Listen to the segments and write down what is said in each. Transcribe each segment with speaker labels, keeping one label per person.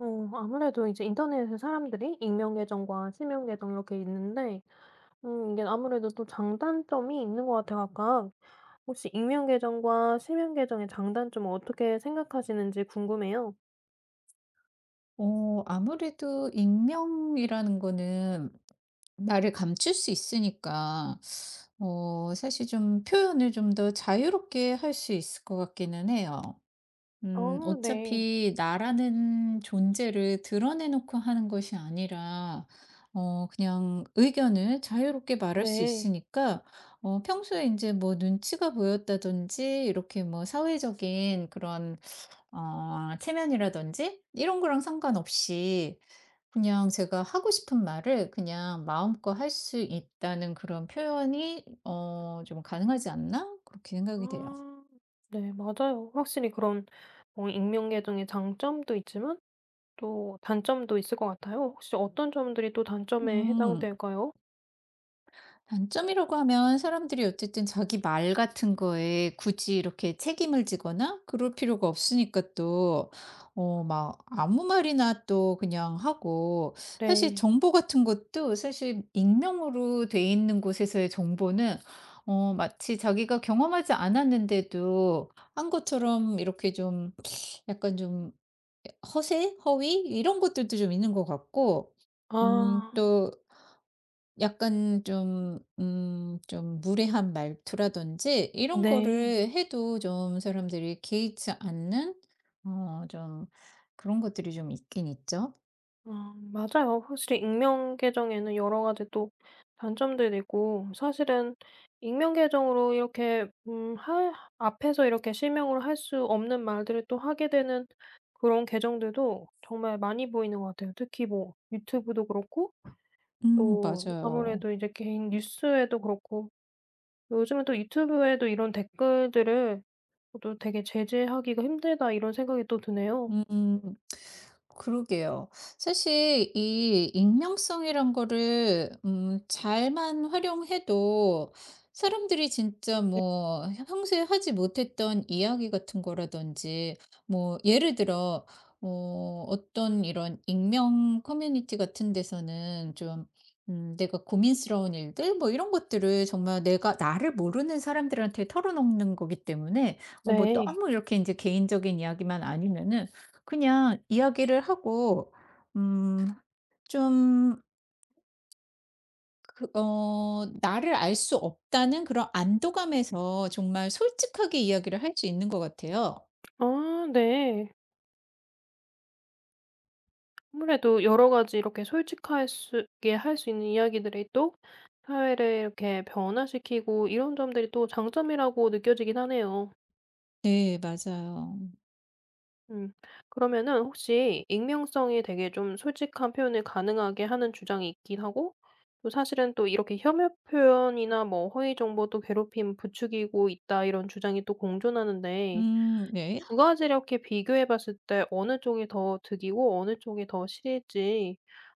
Speaker 1: 어 아무래도 이제 인터넷에 사람들이 익명 계정과 실명 계정 이렇게 있는데 이게 아무래도 또 장단점이 있는 것 같아요, 각각. 혹시 익명 계정과 실명 계정의 장단점을 어떻게 생각하시는지 궁금해요.
Speaker 2: 아무래도 익명이라는 거는 나를 감출 수 있으니까 사실 좀 표현을 좀 더 자유롭게 할 수 있을 것 같기는 해요.
Speaker 1: 아 네.
Speaker 2: 어차피 나라는 존재를 드러내 놓고 하는 것이 아니라 그냥 의견을 자유롭게 말할 수
Speaker 1: 네.
Speaker 2: 있으니까 평소에 이제 뭐 눈치가 보였다든지 이렇게 뭐 사회적인 그런 체면이라든지 이런 거랑 상관없이 그냥 제가 하고 싶은 말을 그냥 마음껏 할 수 있다는 그런 표현이 좀 가능하지 않나? 그렇게 생각이 돼요.
Speaker 1: 아 네, 맞아요. 확실히 그런 익명 계정의 장점도 있지만 또 단점도 있을 것 같아요. 혹시 어떤 점들이 또 단점에
Speaker 2: 음.
Speaker 1: 해당될까요?
Speaker 2: 단점이라고 하면 사람들이 어쨌든 자기 말 같은 거에 굳이 이렇게 책임을 지거나 그럴 필요가 없으니까 또, 막 아무 말이나 또 그냥 하고, 사실
Speaker 1: 네.
Speaker 2: 정보 같은 것도 사실 익명으로 돼 있는 곳에서의 정보는 마치 자기가 경험하지 않았는데도 한 것처럼 이렇게 좀 약간 좀 허세? 허위? 이런 것들도 좀 있는 것 같고,
Speaker 1: 아
Speaker 2: 또 약간 좀 좀 무례한 말투라든지 이런
Speaker 1: 네.
Speaker 2: 거를 해도 좀 사람들이 개의치 않는 좀 그런 것들이 좀 있긴 있죠.
Speaker 1: 아 맞아요. 확실히 익명 계정에는 여러 가지 또 단점들이 있고, 사실은 익명 계정으로 이렇게 앞에서 이렇게 실명으로 할 수 없는 말들을 또 하게 되는 그런 계정들도 정말 많이 보이는 것 같아요. 특히 뭐 유튜브도 그렇고 또
Speaker 2: 맞아요.
Speaker 1: 아무래도 이제 개인 뉴스에도 그렇고 요즘은 또 유튜브에도 이런 댓글들을 또 되게 '제재하기가 힘들다.' 이런 생각이 또 드네요.
Speaker 2: 음. 그러게요. 사실 이 익명성이란 거를 잘만 활용해도 사람들이 진짜 뭐 평소에 하지 못했던 이야기 같은 거라든지 뭐 예를 들어 어떤 이런 익명 커뮤니티 같은 데서는 좀 내가 고민스러운 일들 뭐 이런 것들을 정말 내가 나를 모르는 사람들한테 털어놓는 거기 때문에 뭐
Speaker 1: 네.
Speaker 2: 너무 이렇게 이제 개인적인 이야기만 아니면은 그냥 이야기를 하고 음 좀 그 나를 알 수 없다는 그런 안도감에서 정말 솔직하게 이야기를 할 수 있는 것 같아요.
Speaker 1: 아 네. 아무래도 여러 가지 이렇게 솔직하게 할 수 있는 이야기들이 또 사회를 이렇게 변화시키고, 이런 점들이 또 장점이라고 느껴지긴 하네요.
Speaker 2: 네, 맞아요.
Speaker 1: 음. 그러면은 혹시 익명성이 되게 좀 솔직한 표현을 가능하게 하는 주장이 있긴 하고, 또 사실은 또 이렇게 혐오 표현이나 뭐 허위 정보 또 괴롭힘 부추기고 있다, 이런 주장이 또 공존하는데,
Speaker 2: 음, 네.
Speaker 1: 두 가지를 이렇게 비교해 봤을 때 어느 쪽이 더 득이고 어느 쪽이 더 실일지,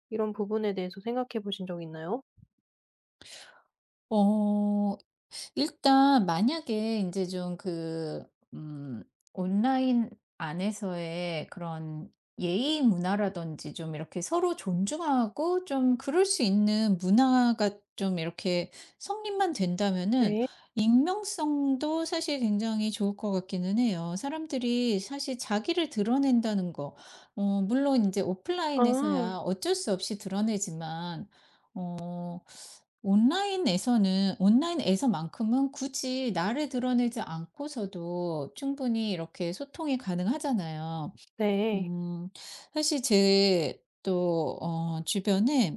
Speaker 1: 이런 부분에 대해서 생각해 보신 적 있나요?
Speaker 2: 어 일단 만약에 이제 좀 그 음 온라인 안에서의 그런 예의 문화라든지 좀 이렇게 서로 존중하고 좀 그럴 수 있는 문화가 좀 이렇게 성립만 된다면은
Speaker 1: 네.
Speaker 2: 익명성도 사실 굉장히 좋을 것 같기는 해요. 사람들이 사실 자기를 드러낸다는 거, 물론 이제
Speaker 1: 아
Speaker 2: 오프라인에서야 어쩔 수 없이 드러내지만 어 온라인에서는, 온라인에서만큼은 굳이 나를 드러내지 않고서도 충분히 이렇게 소통이 가능하잖아요.
Speaker 1: 네.
Speaker 2: 음 사실 제 또 주변에,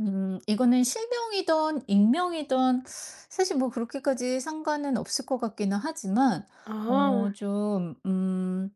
Speaker 2: 이거는 실명이든 익명이든 사실 뭐 그렇게까지 상관은 없을 것 같기는 하지만
Speaker 1: 아
Speaker 2: 좀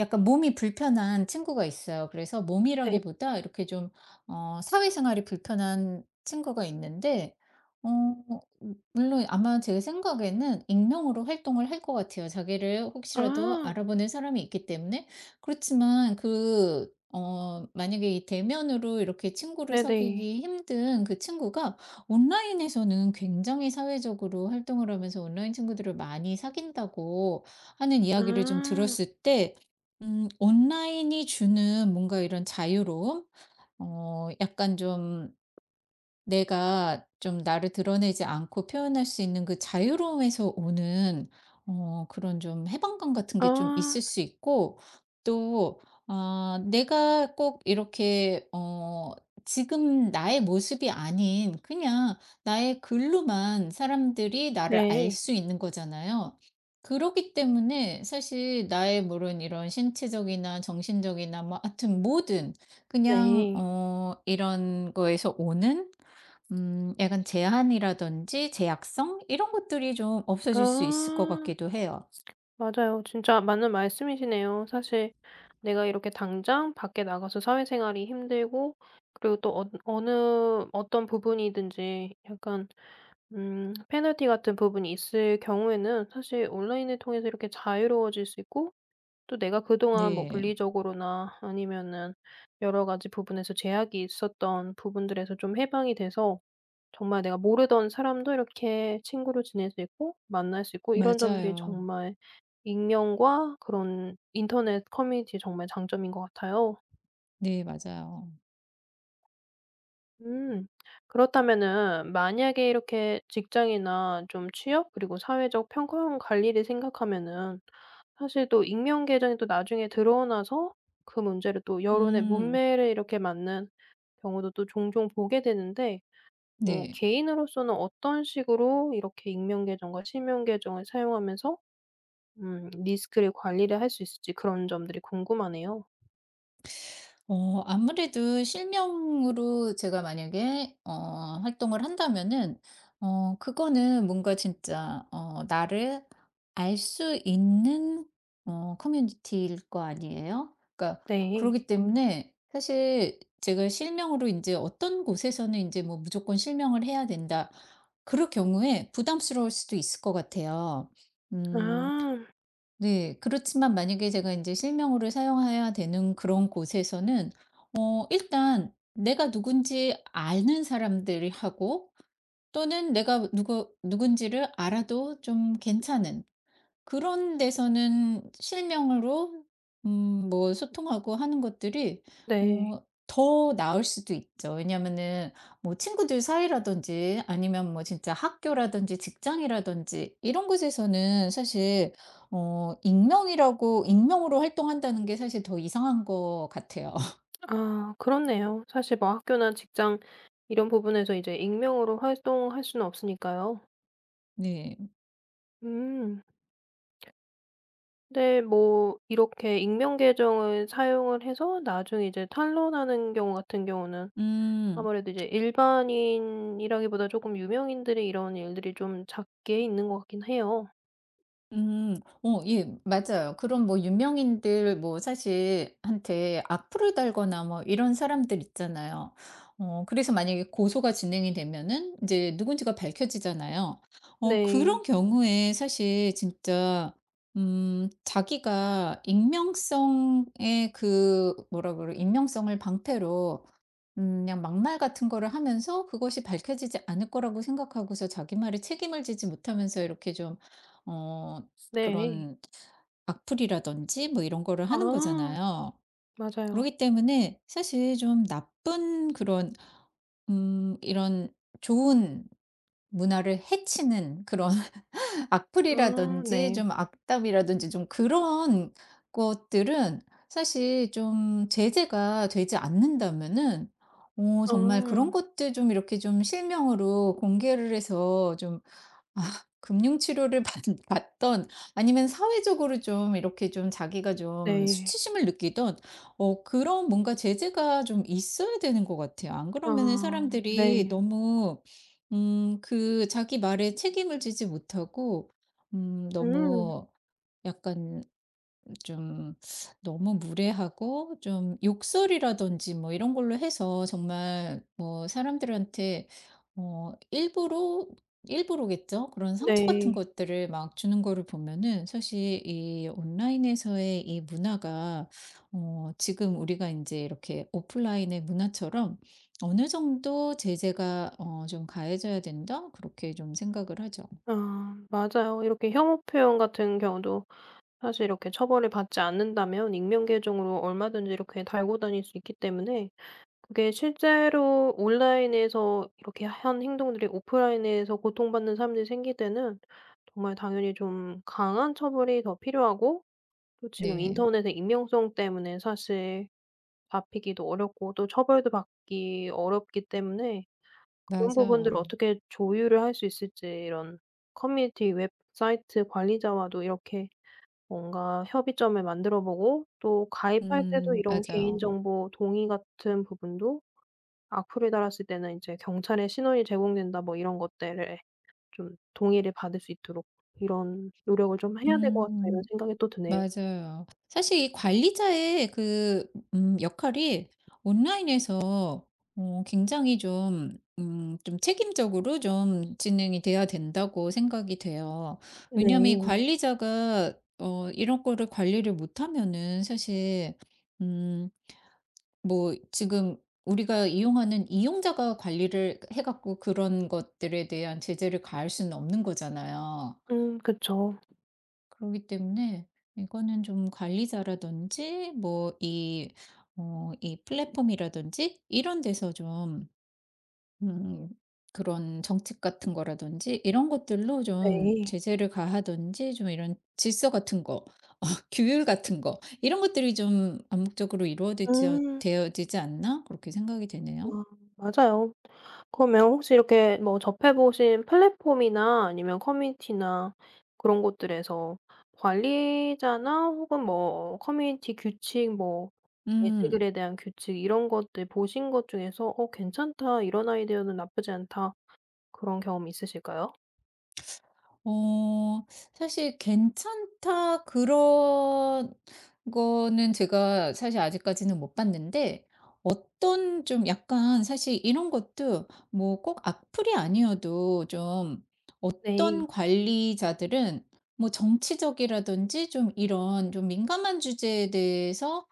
Speaker 2: 약간 몸이 불편한 친구가 있어요. 그래서
Speaker 1: 네.
Speaker 2: 몸이라기보다 이렇게 좀 사회생활이 불편한 친구가 있는데 어 물론 아마 제 생각에는 익명으로 활동을 할 것 같아요. 자기를 혹시라도
Speaker 1: 아
Speaker 2: 알아보는 사람이 있기 때문에. 그렇지만 그 만약에 이 대면으로 이렇게 친구를
Speaker 1: 네네.
Speaker 2: 사귀기 힘든 그 친구가 온라인에서는 굉장히 사회적으로 활동을 하면서 온라인 친구들을 많이 사귄다고 하는 이야기를 좀
Speaker 1: 아.
Speaker 2: 들었을 때, 온라인이 주는 뭔가 이런 자유로움? 약간 좀 내가 좀 나를 드러내지 않고 표현할 수 있는 그 자유로움에서 오는 그런 좀 해방감 같은 게 좀
Speaker 1: 아
Speaker 2: 있을 수 있고, 또 아 내가 꼭 이렇게 지금 나의 모습이 아닌 그냥 나의 글로만 사람들이 나를 알
Speaker 1: 네.
Speaker 2: 수 있는 거잖아요. 그렇기 때문에 사실 나의, 물론 이런 신체적이나 정신적이나 뭐 하여튼 모든 그냥
Speaker 1: 네.
Speaker 2: 이런 거에서 오는 약간 제한이라든지 제약성 이런 것들이 좀
Speaker 1: 아
Speaker 2: 없어질 수 있을 것 같기도 해요.
Speaker 1: 맞아요. 진짜 맞는 말씀이시네요. 사실 내가 이렇게 당장 밖에 나가서 사회생활이 힘들고, 그리고 또 어느 어떤 부분이든지 약간 페널티 같은 부분이 있을 경우에는 사실 온라인을 통해서 이렇게 자유로워질 수 있고, 또 내가 그동안 뭐
Speaker 2: 네.
Speaker 1: 물리적으로나 아니면은 여러 가지 부분에서 제약이 있었던 부분들에서 좀 해방이 돼서 정말 내가 모르던 사람도 이렇게 친구로 지낼 수 있고 만날 수 있고, 이런 점들이
Speaker 2: 맞아요.
Speaker 1: 정말 익명과 그런 인터넷 커뮤니티의 정말 장점인 것 같아요.
Speaker 2: 네, 맞아요.
Speaker 1: 음. 그렇다면은 만약에 이렇게 직장이나 좀 취업 그리고 사회적 평가원 관리를 생각하면은, 사실 또 익명 계정이 또 나중에 드러나서 그 문제를 또 여론의
Speaker 2: 음.
Speaker 1: 문매를 이렇게 맞는 경우도 또 종종 보게 되는데,
Speaker 2: 네.
Speaker 1: 개인으로서는 어떤 식으로 이렇게 익명 계정과 실명 계정을 사용하면서 리스크를 관리를 할 수 있을지 그런 점들이 궁금하네요.
Speaker 2: 아무래도 실명으로 제가 만약에 활동을 한다면은, 그거는 뭔가 진짜 나를 알 수 있는 커뮤니티일 거 아니에요. 그러니까
Speaker 1: 네.
Speaker 2: 그러기 때문에 사실 제가 실명으로 이제 어떤 곳에서는 이제 뭐 '무조건 실명을 해야 된다.' 그럴 경우에 부담스러울 수도 있을 것 같아요. 음.
Speaker 1: 아.
Speaker 2: 네. 그렇지만 만약에 제가 이제 실명으로 사용해야 되는 그런 곳에서는 일단 내가 누군지 아는 사람들이 하고, 또는 내가 누구 누군지를 알아도 좀 괜찮은 그런 데서는 실명으로 뭐 소통하고 하는 것들이
Speaker 1: 네.
Speaker 2: 더 나을 수도 있죠. 왜냐면은 뭐 친구들 사이라든지, 아니면 뭐 진짜 학교라든지 직장이라든지 이런 곳에서는 사실 익명이라고, 익명으로 활동한다는 게 사실 더 이상한 것 같아요.
Speaker 1: 아 그렇네요. 사실 뭐 학교나 직장 이런 부분에서 이제 익명으로 활동할 수는 없으니까요.
Speaker 2: 네.
Speaker 1: 음. 근데 뭐 이렇게 익명 계정을 사용을 해서 나중에 이제 탄로나는 경우 같은 경우는
Speaker 2: 음.
Speaker 1: 아무래도 이제 일반인이라기보다 조금 유명인들이 이런 일들이 좀 작게 있는 것 같긴 해요.
Speaker 2: 음. 예, 맞아요. 그런 뭐 유명인들 뭐 사실 한테 악플을 달거나 뭐 이런 사람들 있잖아요. 그래서 만약에 고소가 진행이 되면은 이제 누군지가 밝혀지잖아요.
Speaker 1: 네.
Speaker 2: 그런 경우에 사실 진짜 자기가 익명성의 그 뭐라 그래, 익명성을 방패로 그냥 막말 같은 거를 하면서 그것이 밝혀지지 않을 거라고 생각하고서 자기 말에 책임을 지지 못하면서 이렇게 좀어
Speaker 1: 네.
Speaker 2: 그런 악플이라든지 뭐 이런 거를 하는
Speaker 1: 아
Speaker 2: 거잖아요.
Speaker 1: 맞아요.
Speaker 2: 그러기 때문에 사실 좀 나쁜 그런 이런 좋은 문화를 해치는 그런
Speaker 1: 아
Speaker 2: 악플이라든지
Speaker 1: 네.
Speaker 2: 좀 악담이라든지 좀 그런 것들은 사실 좀 제재가 되지 않는다면은 정말 그런
Speaker 1: 아
Speaker 2: 것들 좀 이렇게 좀 실명으로 공개를 해서 좀 아 금융 치료를 받 받던, 아니면 사회적으로 좀 이렇게 좀 자기가 좀
Speaker 1: 네.
Speaker 2: 수치심을 느끼던 그런 뭔가 제재가 좀 있어야 되는 것 같아요. 안 그러면은
Speaker 1: 아
Speaker 2: 사람들이
Speaker 1: 네.
Speaker 2: 너무 그 자기 말에 책임을 지지 못하고
Speaker 1: 음
Speaker 2: 너무 약간 좀 너무 무례하고 좀 욕설이라든지 뭐 이런 걸로 해서 정말 뭐 사람들한테 일부러, 일부러겠죠. 그런 상처 같은
Speaker 1: 네.
Speaker 2: 것들을 막 주는 거를 보면은 사실 이 온라인에서의 이 문화가 지금 우리가 인제 이렇게 오프라인의 문화처럼 어느 정도 제재가 좀 가해져야 된다. 그렇게 좀 생각을 하죠.
Speaker 1: 아 맞아요. 이렇게 혐오 표현 같은 경우도 사실 이렇게 처벌을 받지 않는다면 익명 계정으로 얼마든지 이렇게 달고 다닐 수 있기 때문에 그게 실제로 온라인에서 이렇게 한 행동들이 오프라인에서 고통받는 사람들이 생길 때는 정말 당연히 좀 강한 처벌이 더 필요하고, 또 지금
Speaker 2: 네.
Speaker 1: 인터넷의 익명성 때문에 사실 잡히기도 어렵고 또 처벌도 받기 어렵기 때문에 그런 부분들을
Speaker 2: 맞아요.
Speaker 1: 어떻게 조율을 할 수 있을지, 이런 커뮤니티 웹사이트 관리자와도 이렇게 뭔가 협의점을 만들어 보고, 또 가입할 때도
Speaker 2: 음,
Speaker 1: 이런
Speaker 2: 맞아요.
Speaker 1: 개인정보 동의 같은 부분도 악플을 달았을 때는 이제 "경찰에 신원이 제공된다." 뭐 이런 것들에 좀 동의를 받을 수 있도록 이런 노력을 좀 해야 될 것 같다, 이런
Speaker 2: 음.
Speaker 1: 생각이 또 드네요.
Speaker 2: 맞아요. 사실 이 관리자의 그 역할이 온라인에서 굉장히 좀 좀 책임적으로 좀 진행이 돼야 된다고 생각이 돼요. 왜냐하면 이
Speaker 1: 네.
Speaker 2: 관리자가 이런 거를 관리를 못하면은 사실 음 뭐 지금 우리가 이용하는 이용자가 관리를 해 갖고 그런 것들에 대한 제재를 가할 수는 없는 거잖아요.
Speaker 1: 그쵸.
Speaker 2: 그렇기 때문에 이거는 좀 관리자라든지 뭐 이 플랫폼이라든지 이런 데서 좀 음 그런 정책 같은 거라든지 이런 것들로 좀
Speaker 1: 네.
Speaker 2: 제재를 가하든지 좀 이런 질서 같은 거 어 규율 같은 거 이런 것들이 좀 암묵적으로 이루어지지
Speaker 1: 음.
Speaker 2: 되어지지 않나, 그렇게 생각이 되네요.
Speaker 1: 아 맞아요. 그러면 혹시 이렇게 뭐 접해 보신 플랫폼이나 아니면 커뮤니티나 그런 곳들에서 관리자나 혹은 뭐 커뮤니티 규칙 뭐
Speaker 2: 음.
Speaker 1: 게시글에 대한 규칙 이런 것들 보신 것 중에서 '어 괜찮다. 이런 아이디어는 나쁘지 않다.' 그런 경험 있으실까요?
Speaker 2: 어 사실 괜찮다 그런 거는 제가 사실 아직까지는 못 봤는데, 어떤 좀 약간 사실 이런 것도 뭐 꼭 악플이 아니어도 좀
Speaker 1: 네.
Speaker 2: 어떤 관리자들은 뭐 정치적이라든지 좀 이런 좀 민감한 주제에 대해서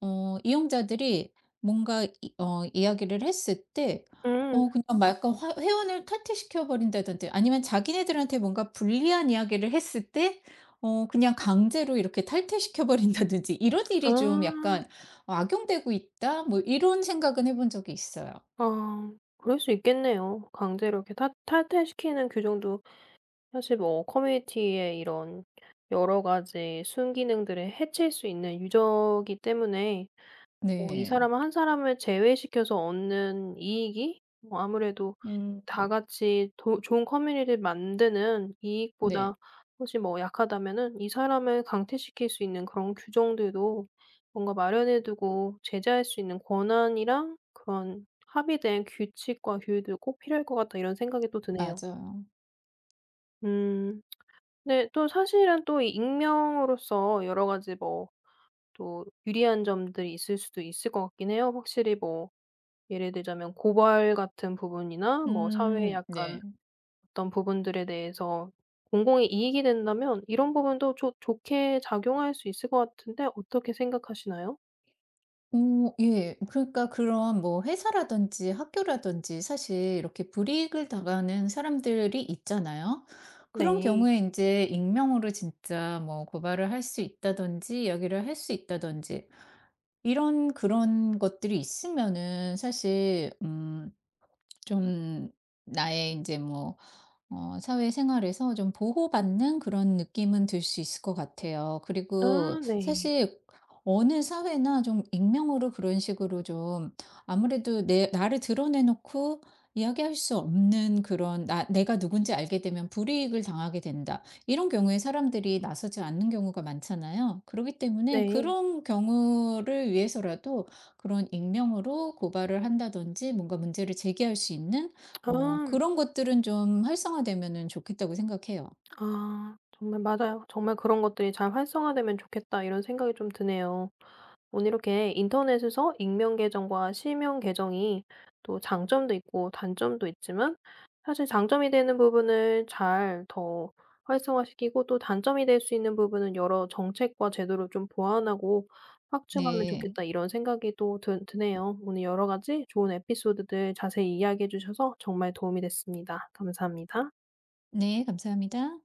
Speaker 2: 이용자들이 뭔가 이 이야기를 했을 때
Speaker 1: 음.
Speaker 2: 그냥 막 약간 화 회원을 탈퇴시켜 버린다든지, 아니면 자기네들한테 뭔가 불리한 이야기를 했을 때 그냥 강제로 이렇게 탈퇴시켜 버린다든지 이런
Speaker 1: 아.
Speaker 2: 일이 좀 약간 '악용되고 있다.' 뭐 이런 생각은 해본 적이 있어요.
Speaker 1: 아, 그럴 수 있겠네요. 강제로 이렇게 탈퇴시키는 규정도 사실 뭐 커뮤니티에 이런 여러 가지 순기능들을 해칠 수 있는 유저이기 때문에, 뭐 이
Speaker 2: 네.
Speaker 1: 사람 한 사람을 제외시켜서 얻는 이익이 뭐 아무래도
Speaker 2: 음.
Speaker 1: 다 같이 도 좋은 커뮤니티를 만드는
Speaker 2: 네,
Speaker 1: 이익보다 혹시 뭐 약하다면은 이 사람을 강퇴시킬 수 있는 그런 규정들도 뭔가 마련해 두고 제재할 수 있는 권한이랑 그런 합의된 규칙과 규율도 꼭 필요할 것 같다, 이런 생각이 또 드네요.
Speaker 2: 맞아요.
Speaker 1: 음. 네. 또 사실은 또 이 익명으로서 여러 가지 뭐 또 유리한 점들이 있을 수도 있을 것 같긴 해요. 확실히 뭐 예를 들자면 고발 같은 부분이나 뭐. 음. 사회의
Speaker 2: 음,
Speaker 1: 약간
Speaker 2: 네.
Speaker 1: 어떤 부분들에 대해서 공공의 이익이 된다면 이런 부분도 좋 좋게 작용할 수 있을 것 같은데 어떻게 생각하시나요?
Speaker 2: 예. 그러니까 그런 뭐 회사라든지 학교라든지 사실 이렇게 불이익을 당하는 사람들이 있잖아요. 그런
Speaker 1: 네.
Speaker 2: 경우에 이제 익명으로 진짜 뭐 고발을 할 수 있다든지 이야기를 할 수 있다든지 이런 그런 것들이 있으면은 사실 좀 나의 이제뭐 사회생활에서 좀 보호받는 그런 느낌은 들 수 있을 것 같아요. 그리고
Speaker 1: 아 네.
Speaker 2: 사실 어느 사회나 좀 익명으로 그런 식으로 좀 아무래도 내 나를 드러내 놓고 이야기할 수 없는 그런 나 내가 누군지 알게 되면 불이익을 당하게 된다. 이런 경우에 사람들이 나서지 않는 경우가 많잖아요. 그렇기 때문에
Speaker 1: 네.
Speaker 2: 그런 경우를 위해서라도 그런 익명으로 고발을 한다든지 뭔가 문제를 제기할 수 있는
Speaker 1: 아.
Speaker 2: 그런 것들은 좀 활성화되면은 좋겠다고 생각해요.
Speaker 1: 아 정말 맞아요. 정말 '그런 것들이 잘 활성화되면 좋겠다.' 이런 생각이 좀 드네요. 오늘 이렇게 인터넷에서 익명 계정과 실명 계정이 또 장점도 있고 단점도 있지만, 사실 장점이 되는 부분을 잘 더 활성화시키고 또 단점이 될 수 있는 부분은 여러 정책과 제도를 좀 보완하고 확충하면
Speaker 2: 네.
Speaker 1: 좋겠다, 이런 생각이 또 드네요. 오늘 여러 가지 좋은 에피소드들 자세히 이야기해 주셔서 정말 도움이 됐습니다. 감사합니다.
Speaker 2: 네, 감사합니다.